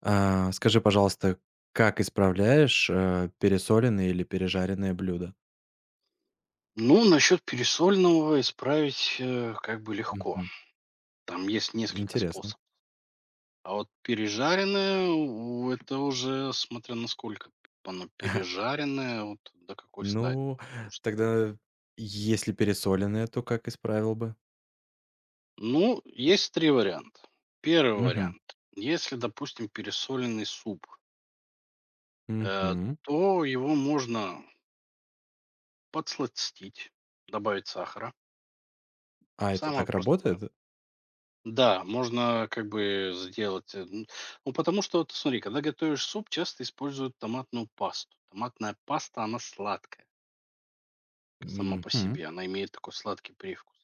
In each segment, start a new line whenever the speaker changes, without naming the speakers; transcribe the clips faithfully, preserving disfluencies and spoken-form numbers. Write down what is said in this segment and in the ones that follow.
А, скажи, пожалуйста, как исправляешь, э, пересоленные или пережаренные блюда?
Ну, насчет пересоленного исправить э, как бы легко.
Мгм.
Там есть несколько
Интересно.
способов. А вот пережаренное, у- это уже смотря насколько оно пережаренное, вот до какой стадии.
Ну,
Потому что,
тогда если пересоленные, то как исправил бы?
ну, есть три варианта. Первый
Мгм.
вариант. Если, допустим, пересоленный суп, э,
Мгм.
то его можно подсластить, добавить сахара.
А это
Самое
так
простое.
работает?
Да, можно как бы сделать. э, н- Ну, потому что, вот, смотри, когда готовишь суп, часто используют томатную пасту. Томатная паста, она сладкая сама по
Мгм.
себе, она имеет такой сладкий привкус.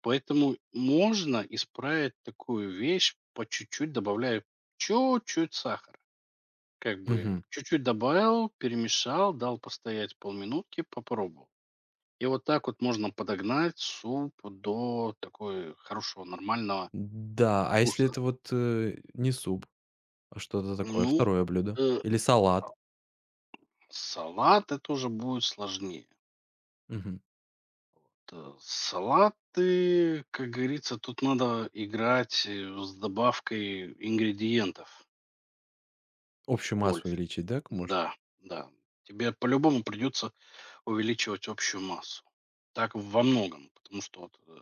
Поэтому можно исправить такую вещь по чуть-чуть, добавляя чуть-чуть сахара. Как бы
Мгм.
чуть-чуть добавил, перемешал, дал постоять полминутки, попробовал. И вот так вот можно подогнать суп до такой хорошего, нормального
Да, а если
вкуса.
это вот, э, не суп, а что-то такое,
Ну,
второе блюдо?
э,
Или салат?
Салат это уже будет сложнее.
Мгм.
То Салаты, как говорится, тут надо играть э, с добавкой ингредиентов
Общую массу
больше.
увеличить, да, может?
Да, да. Тебе по-любому придется увеличивать общую массу. Так во многом, потому что вот, э,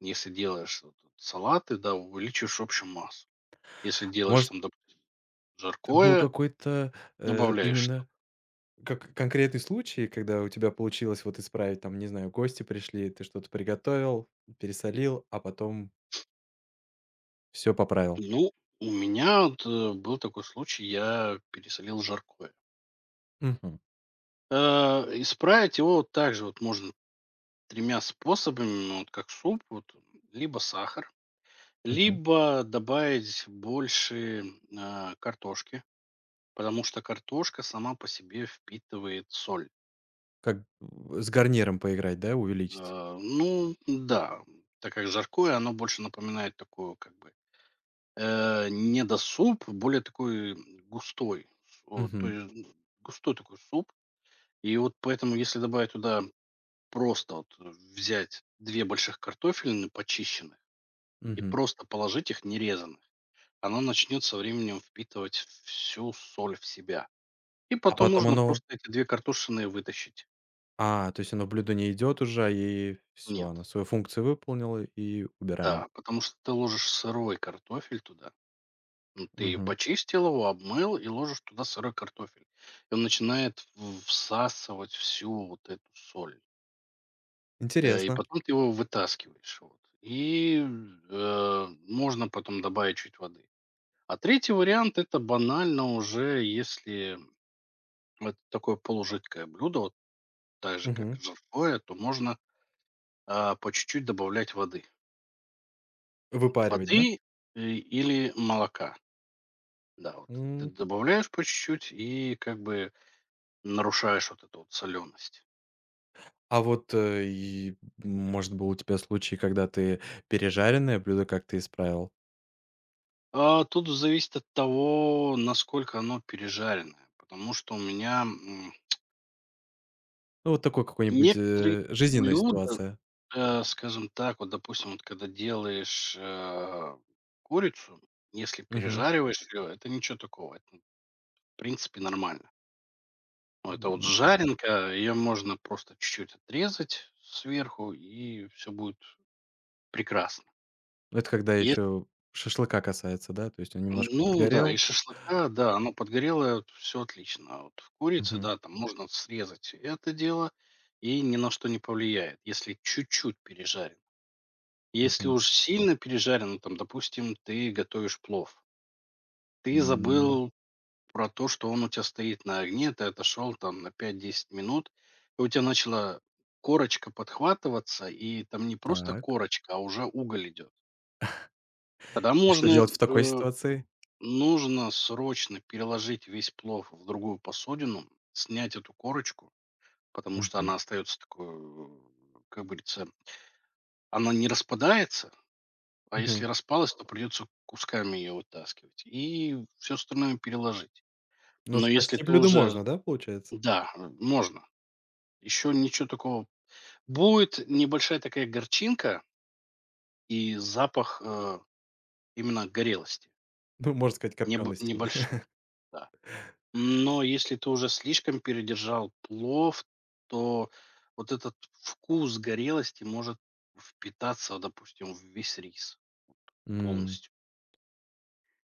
если делаешь вот тут салаты, да, увеличиваешь общую массу. Если делаешь
Может,
там, допустим,
это был
жаркое,
какой-то, э,
добавляешь что-то.
именно как конкретный случай, когда у тебя получилось вот исправить, там, не знаю, гости пришли, ты что-то приготовил, пересолил, а потом все поправил.
Ну, у меня вот, э, был такой случай, я пересолил жаркое.
Мгм,
Э, исправить его вот также вот можно тремя способами, ну, вот как суп, вот, либо сахар,
мгм.
либо добавить больше, а, картошки, потому что картошка сама по себе впитывает соль.
Как в с гарниром поиграть, да, увеличить?
Э, ну да, так как жаркое, оно больше напоминает такую как бы, э, не до суп более такой, м, густой, вот, то
Мгм,
есть м, густой такой суп. И вот поэтому, если добавить туда просто вот взять две больших картофелины почищенных и
мгм.
просто положить их нерезанных. Она начнет со временем впитывать всю соль в себя. И
А
потом
потом
можно
оно
просто эти две картошины вытащить.
а, то есть оно в блюдо не идет уже, и все,
Нет,
оно свою функцию выполнило, и убираем.
да, потому что ты ложишь сырой картофель туда. Ну, ты её
Мгм.
почистил его, обмыл и ложишь туда сырой картофель. И он начинает в всасывать всю вот эту соль. Э, и
Интересно.
потом ты его вытаскиваешь. Вот. И, э, можно потом добавить чуть воды. А третий вариант - это банально уже, если это такое полужидкое блюдо, вот так же, как и
Мгм.
жаркое, то можно, а, по чуть-чуть добавлять воды. Вот
Выпаривать,
воды,
да?
э, или молока. Да, вот ты
М.
добавляешь по чуть-чуть и как бы нарушаешь вот эту вот соленость.
А вот, э, и, может, был у тебя случай, когда ты пережаренное блюдо как-то исправил?
А, тут зависит от того, насколько оно пережаренное, потому что у меня, м,
Ну, вот такой какой-нибудь,
некоторые
э, жизненная
блюда.
ситуация.
Э, скажем так, вот, допустим, вот когда делаешь, э, курицу, если
Мгм.
пережариваешь её, это ничего такого, это, в принципе, нормально. Но это вот
М,
жаренка, ее можно просто чуть-чуть отрезать сверху, и все будет прекрасно.
это когда
Ес
еще шашлыка касается, да? То есть он немножко
Ну да, из
подгорел.
шашлыка, да, оно подгорело все отлично. А вот в курице,
Мгм,
да, там можно срезать это дело, и ни на что не повлияет, если чуть-чуть пережарен. Если
мгм.
уж сильно пережарено, там, допустим, ты готовишь плов. Ты
М,
забыл про то, что он у тебя стоит на огне, ты отошел там на пять-десять минут, и у тебя начала корочка подхватываться, и там не просто
так.
корочка, а уже уголь идет. Тогда
И что
можно,
делать в такой
э,
ситуации?
нужно срочно переложить весь плов в другую посудину, снять эту корочку, потому что
Мгм,
она остается такой, э, как говорится, она не распадается, а если
мгм.
распалась, то придется кусками ее вытаскивать и все остальное переложить.
Ну,
Но если
спасти
ты
блюдо
уже
можно, да, получается?
Да, э, можно. Еще ничего такого. Будет небольшая такая горчинка и запах э, именно горелости.
Ну, можно сказать,
Небо-
копёностью.
небольшой. Да. Но если ты уже слишком передержал плов, то вот этот вкус горелости может впитаться, допустим, в весь рис
М,
полностью.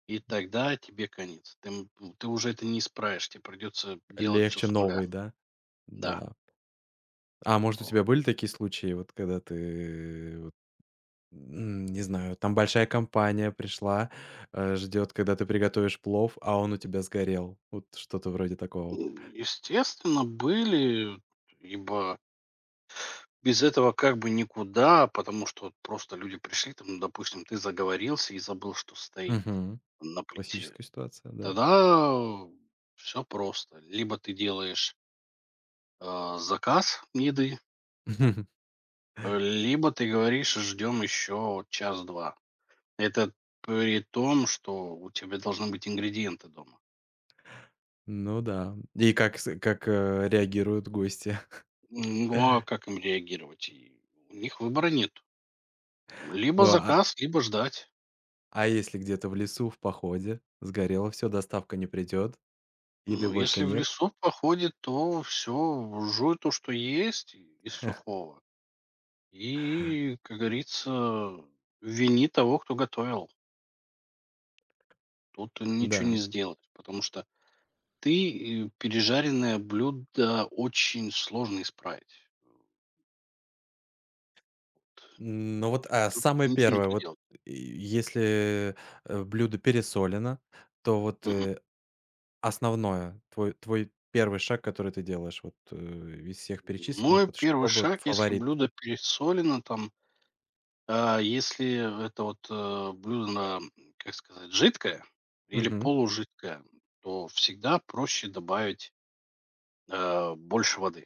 И тогда тебе конец. Ты, м- ты уже это не исправишь. Тебе придется делать все
легче
с нуля.
новый, да?
Да.
Да. А может, у
Вот.
тебя были такие случаи, вот когда ты м, не знаю, там большая компания пришла, э, ждет, когда ты приготовишь плов, а он у тебя сгорел. Вот что-то вроде такого.
М, Естественно, были, ибо без этого как бы никуда, потому что вот просто люди пришли, там, ну, допустим, ты заговорился и забыл, что стоит
Мгм.
на плите.
Классическая ситуация, да.
Тогда все просто. Либо ты делаешь а, заказ еды, э, либо ты говоришь, ждем еще час-два. Это при том, что у тебя должны быть ингредиенты дома.
Ну да. И как с как, э, реагируют гости?
Ну а как им реагировать? И у них выбора нет. Либо
Ну, а
заказ, либо ждать.
а если где-то в лесу, в походе сгорело все, доставка не придет, еды
Ну,
больше
если в
нет?
лесу походит, то все, жуй то, что есть и- из сухого. И, как говорится, вини того, кто готовил. Тут ничего не
Да.
сделать, потому что ты э, пережаренное блюдо очень сложно исправить.
М, ну вот, а
Тут
самое
ничего не
первое, вот,
поделать.
э, если, э, блюдо пересолено, то вот,
Мгм.
э основное, твой твой первый шаг, который ты делаешь вот, э, из всех перечисленных,
Мой
вот
первый
чтобы
шаг, если
фаворит.
блюдо пересолено, там, а, если это вот э, блюдо, на, как сказать, жидкое или
Мгм.
полужидкое, то всегда проще добавить Э, больше воды.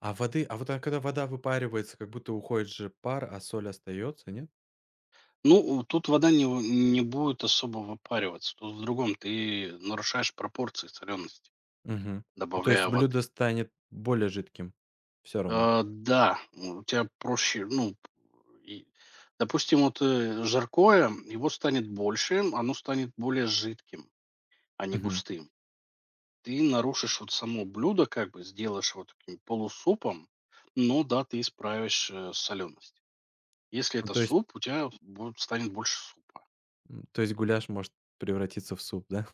А воды а вот, а когда вода выпаривается, как будто уходит же пар, а соль остается, нет?
Ну, тут вода не в не будет особо выпариваться. Тут в другом. Ты нарушаешь пропорции солености,
Мгм. Ну, то
добавляя
есть блюдо
воды.
станет более жидким все равно?
Э, да, у тебя проще, ну, и, допустим, вот, э, жаркое, его станет больше, оно станет более жидким, а не
Мгм.
густым. Ты нарушишь вот само блюдо, как бы сделаешь вот таким полусупом, но да, ты исправишь, э, соленость. Если
Ну,
это
то есть,
суп, у тебя будет станет больше супа.
м, то есть гуляш может превратиться в суп, да?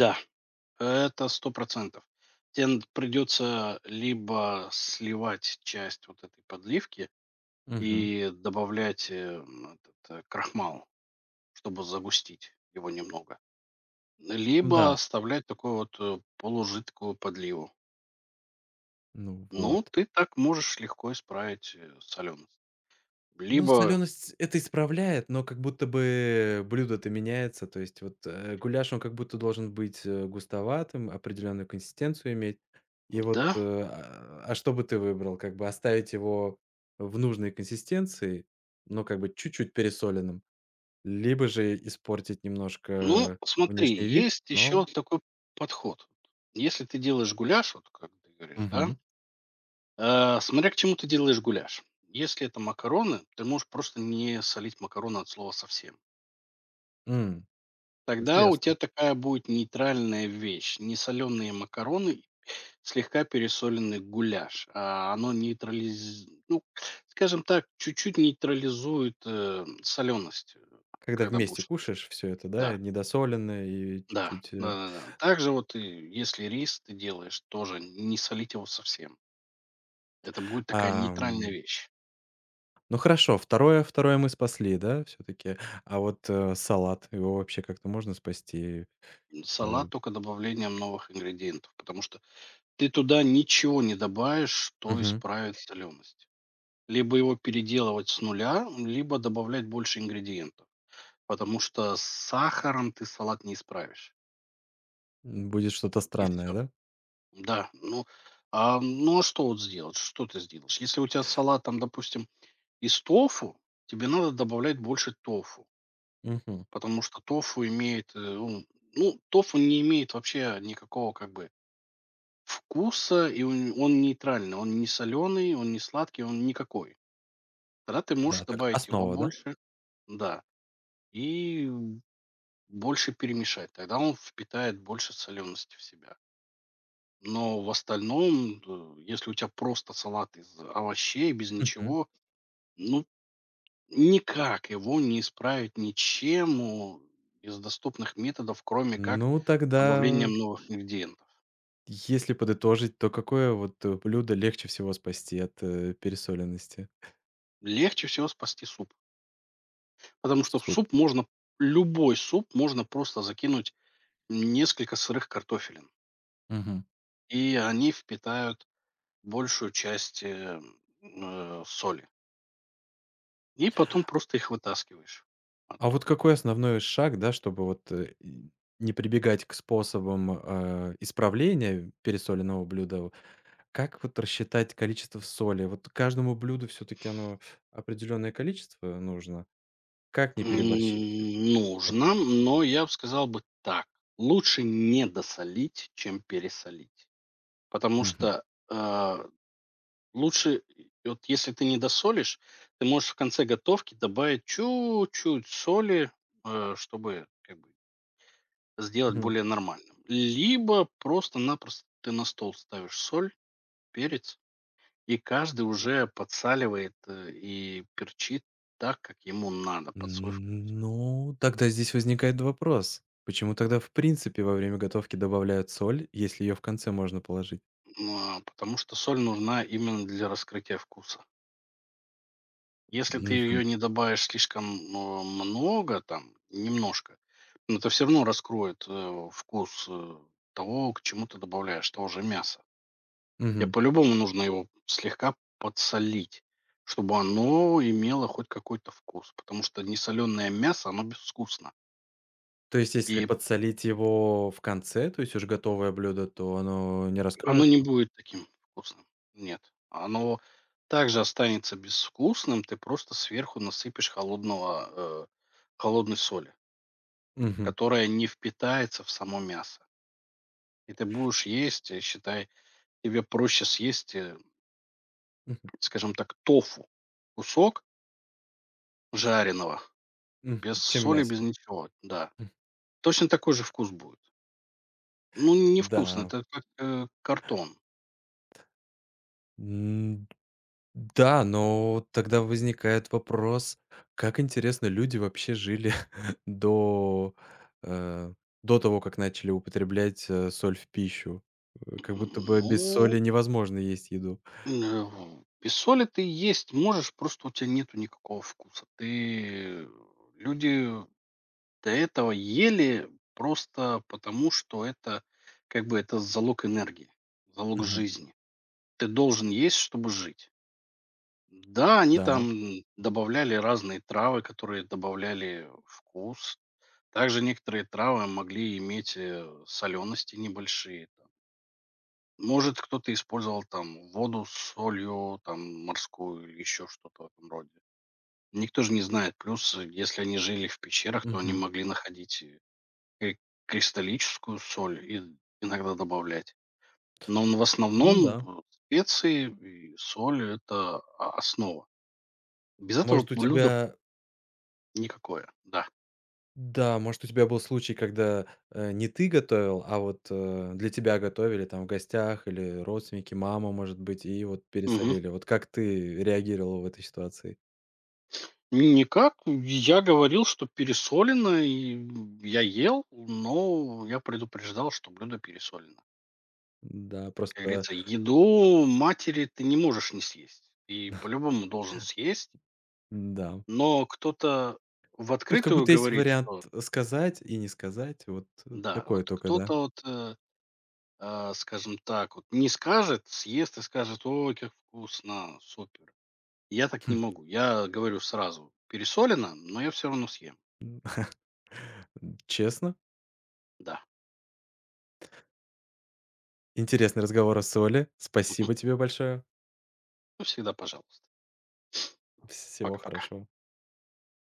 Да, это сто процентов. Тебе придется либо сливать часть вот этой подливки
Мгм.
и добавлять, э, м, этот, э, крахмал, чтобы загустить его немного,
Ну
либо
да,
оставлять такую вот, э, полужидкую подливу.
ну вот.
Ну, ты так можешь легко исправить, э, соленость.
Ну,
Либо
соленость это исправляет, но как будто бы блюдо-то меняется. То есть вот, э, гуляш, он как будто должен быть, э, густоватым, определенную консистенцию иметь. И вот,
Да,
э, а а что бы ты выбрал? Как бы оставить его в нужной консистенции, но как бы чуть-чуть пересоленным, либо же испортить
ну,
немножко
смотри,
внешний вид,
есть еще
но
такой подход. Если ты делаешь гуляш, вот как ты говоришь, да.
мгм.
Э, смотря к чему ты делаешь гуляш. Если это макароны, ты можешь просто не солить макароны от слова совсем.
М,
Тогда у тебя
интересно.
такая будет нейтральная вещь. Не соленые макароны, слегка пересоленный гуляш. А оно нейтрализует, ну, скажем так, чуть-чуть нейтрализует соленость,
Когда
когда
вместе
будешь есть.
кушаешь все это, да,
Да,
недосоленное и
да,
чуть-чуть,
да,
э,
да, да. Также вот и если рис ты делаешь, тоже не солить его совсем. Это будет такая нейтральная
ам.
вещь.
Ну хорошо, второе второе мы спасли, да, все таки. А вот, э, салат, его вообще как-то можно спасти? Э,
Салат только добавлением новых ингредиентов, потому что ты туда ничего не добавишь, что
мгм.
исправит соленость. Либо его переделывать с нуля, либо добавлять больше ингредиентов, потому что с сахаром ты салат не исправишь.
Будет что-то
И
странное,
все.
да?
Да, ну, а, ну, а что вот сделать? Что ты сделаешь? Если у тебя салат там, допустим, из тофу, тебе надо добавлять больше тофу,
Мгм.
потому что тофу имеет, э, ну ну, тофу не имеет вообще никакого как бы вкуса, и он он нейтральный. Он не соленый, он не сладкий, он никакой. Тогда ты
Да,
можешь
так,
добавить его
основа, да?
больше. Да. И больше перемешать. Тогда он впитает больше солености в себя. Но в остальном, э, если у тебя просто салат из овощей, без
Мгм.
ничего, ну, никак его не исправить ничем, о, из доступных методов, кроме как
Ну, тогда,
добавлением новых ингредиентов.
если подытожить, то какое вот, э, блюдо легче всего спасти от, э, пересоленности?
Легче всего спасти суп. Потому что в
Суп.
суп можно любой суп можно просто закинуть несколько сырых картофелин,
Мгм.
и они впитают большую часть, э, э, соли. И потом просто их вытаскиваешь
А вот
оттуда.
какой основной шаг, да, чтобы вот, э, и не прибегать к способам, э, исправления пересоленного блюда? Как вот рассчитать количество соли? Вот каждому блюду все таки оно определенное количество нужно. Как не переборщить?
М,
Вот.
нужно, но я бы сказал бы так: лучше не досолить, чем пересолить. Потому
Мгм.
что, э, лучше, и вот если ты не досолишь, ты можешь в конце готовки добавить чуть-чуть соли, э, чтобы как бы сделать
Мгм.
более нормальным. Либо просто-напросто ты на стол ставишь соль, перец, и каждый уже подсаливает э, и перчит так, как ему надо, под свой вкус.
Ну, тогда здесь возникает вопрос. Почему тогда в принципе во время готовки добавляют соль, если ее в конце можно положить?
Ну, а Потому что соль нужна именно для раскрытия вкуса. Если ты
Мгм.
ее не добавишь слишком э, много, там, немножко, но это все равно раскроет э, вкус э, того, к чему ты добавляешь, того же мяса. Я
Мгм.
по-любому нужно его слегка подсолить, чтобы оно имело хоть какой-то вкус, потому что несоленое мясо, оно безвкусно.
То есть если
И
подсолить его в конце, то есть уже готовое блюдо, то оно не
оно
раскроется?
не будет таким вкусным. Нет. Оно также останется безвкусным, ты просто сверху насыпешь холодного, э, холодной соли,
Мгм.
которая не впитается в само мясо. И ты будешь есть, э, считай, тебе проще съесть, э,
Мгм.
скажем так, тофу, кусок жареного,
Мгм.
без
Чем
соли, без
мясо.
ничего, да.
М.
Точно такой же вкус будет. Ну, невкусно,
Да.
это как, э, картон.
М. Да, но вот тогда возникает вопрос, как интересно люди вообще жили до, э, до того, как начали употреблять, э, соль в пищу. Э,
М,
как будто бы без
ну,
соли невозможно есть еду.
э, в без соли ты есть можешь, просто у тебя нету никакого вкуса. Ты Люди до этого ели просто потому, что это, как бы, это залог энергии, залог
Мгм.
жизни. Ты должен есть, чтобы жить. Да, они
Да.
там добавляли разные травы, которые добавляли вкус. Также некоторые травы могли иметь э, солености небольшие. Там. Может, кто-то использовал там воду с солью, там морскую или еще что-то в этом роде. Никто же не знает. Плюс, э, если они жили в пещерах, то они
Мгм.
могли находить э, кри- кристаллическую соль и иногда добавлять. Но м, в
Ну
основном
да.
э, специи и соль – это а, основа. Без этого
Может, у
блюдо
тебя
никакое, да.
да, может, у тебя был случай, когда, э, не ты готовил, а вот, э, для тебя готовили там в гостях или родственники, мама, может быть, и вот
Мгм.
пересолили. Вот как ты реагировал в этой ситуации?
Никак. Я говорил, что пересолено, и я ел, но я предупреждал, что блюдо пересолено.
Да,
Как
просто
говорится, еду матери ты не можешь не съесть. И по-любому должен съесть.
да.
Но кто-то в
Тут как
открытую
будто есть
говорит,
вариант
что
э, сказать и не сказать. Вот, э,
да,
такое
вот
только, да.
кто-то вот, э, а, скажем так, вот не скажет, съест и скажет, ой, как вкусно, супер. Я так не могу. Я говорю сразу, пересолено, но я все равно съем.
М, честно,
Да.
интересный разговор о соли.
Мгм.
Спасибо тебе большое.
Ну, всегда пожалуйста.
Всего
Пока-пока.
хорошего.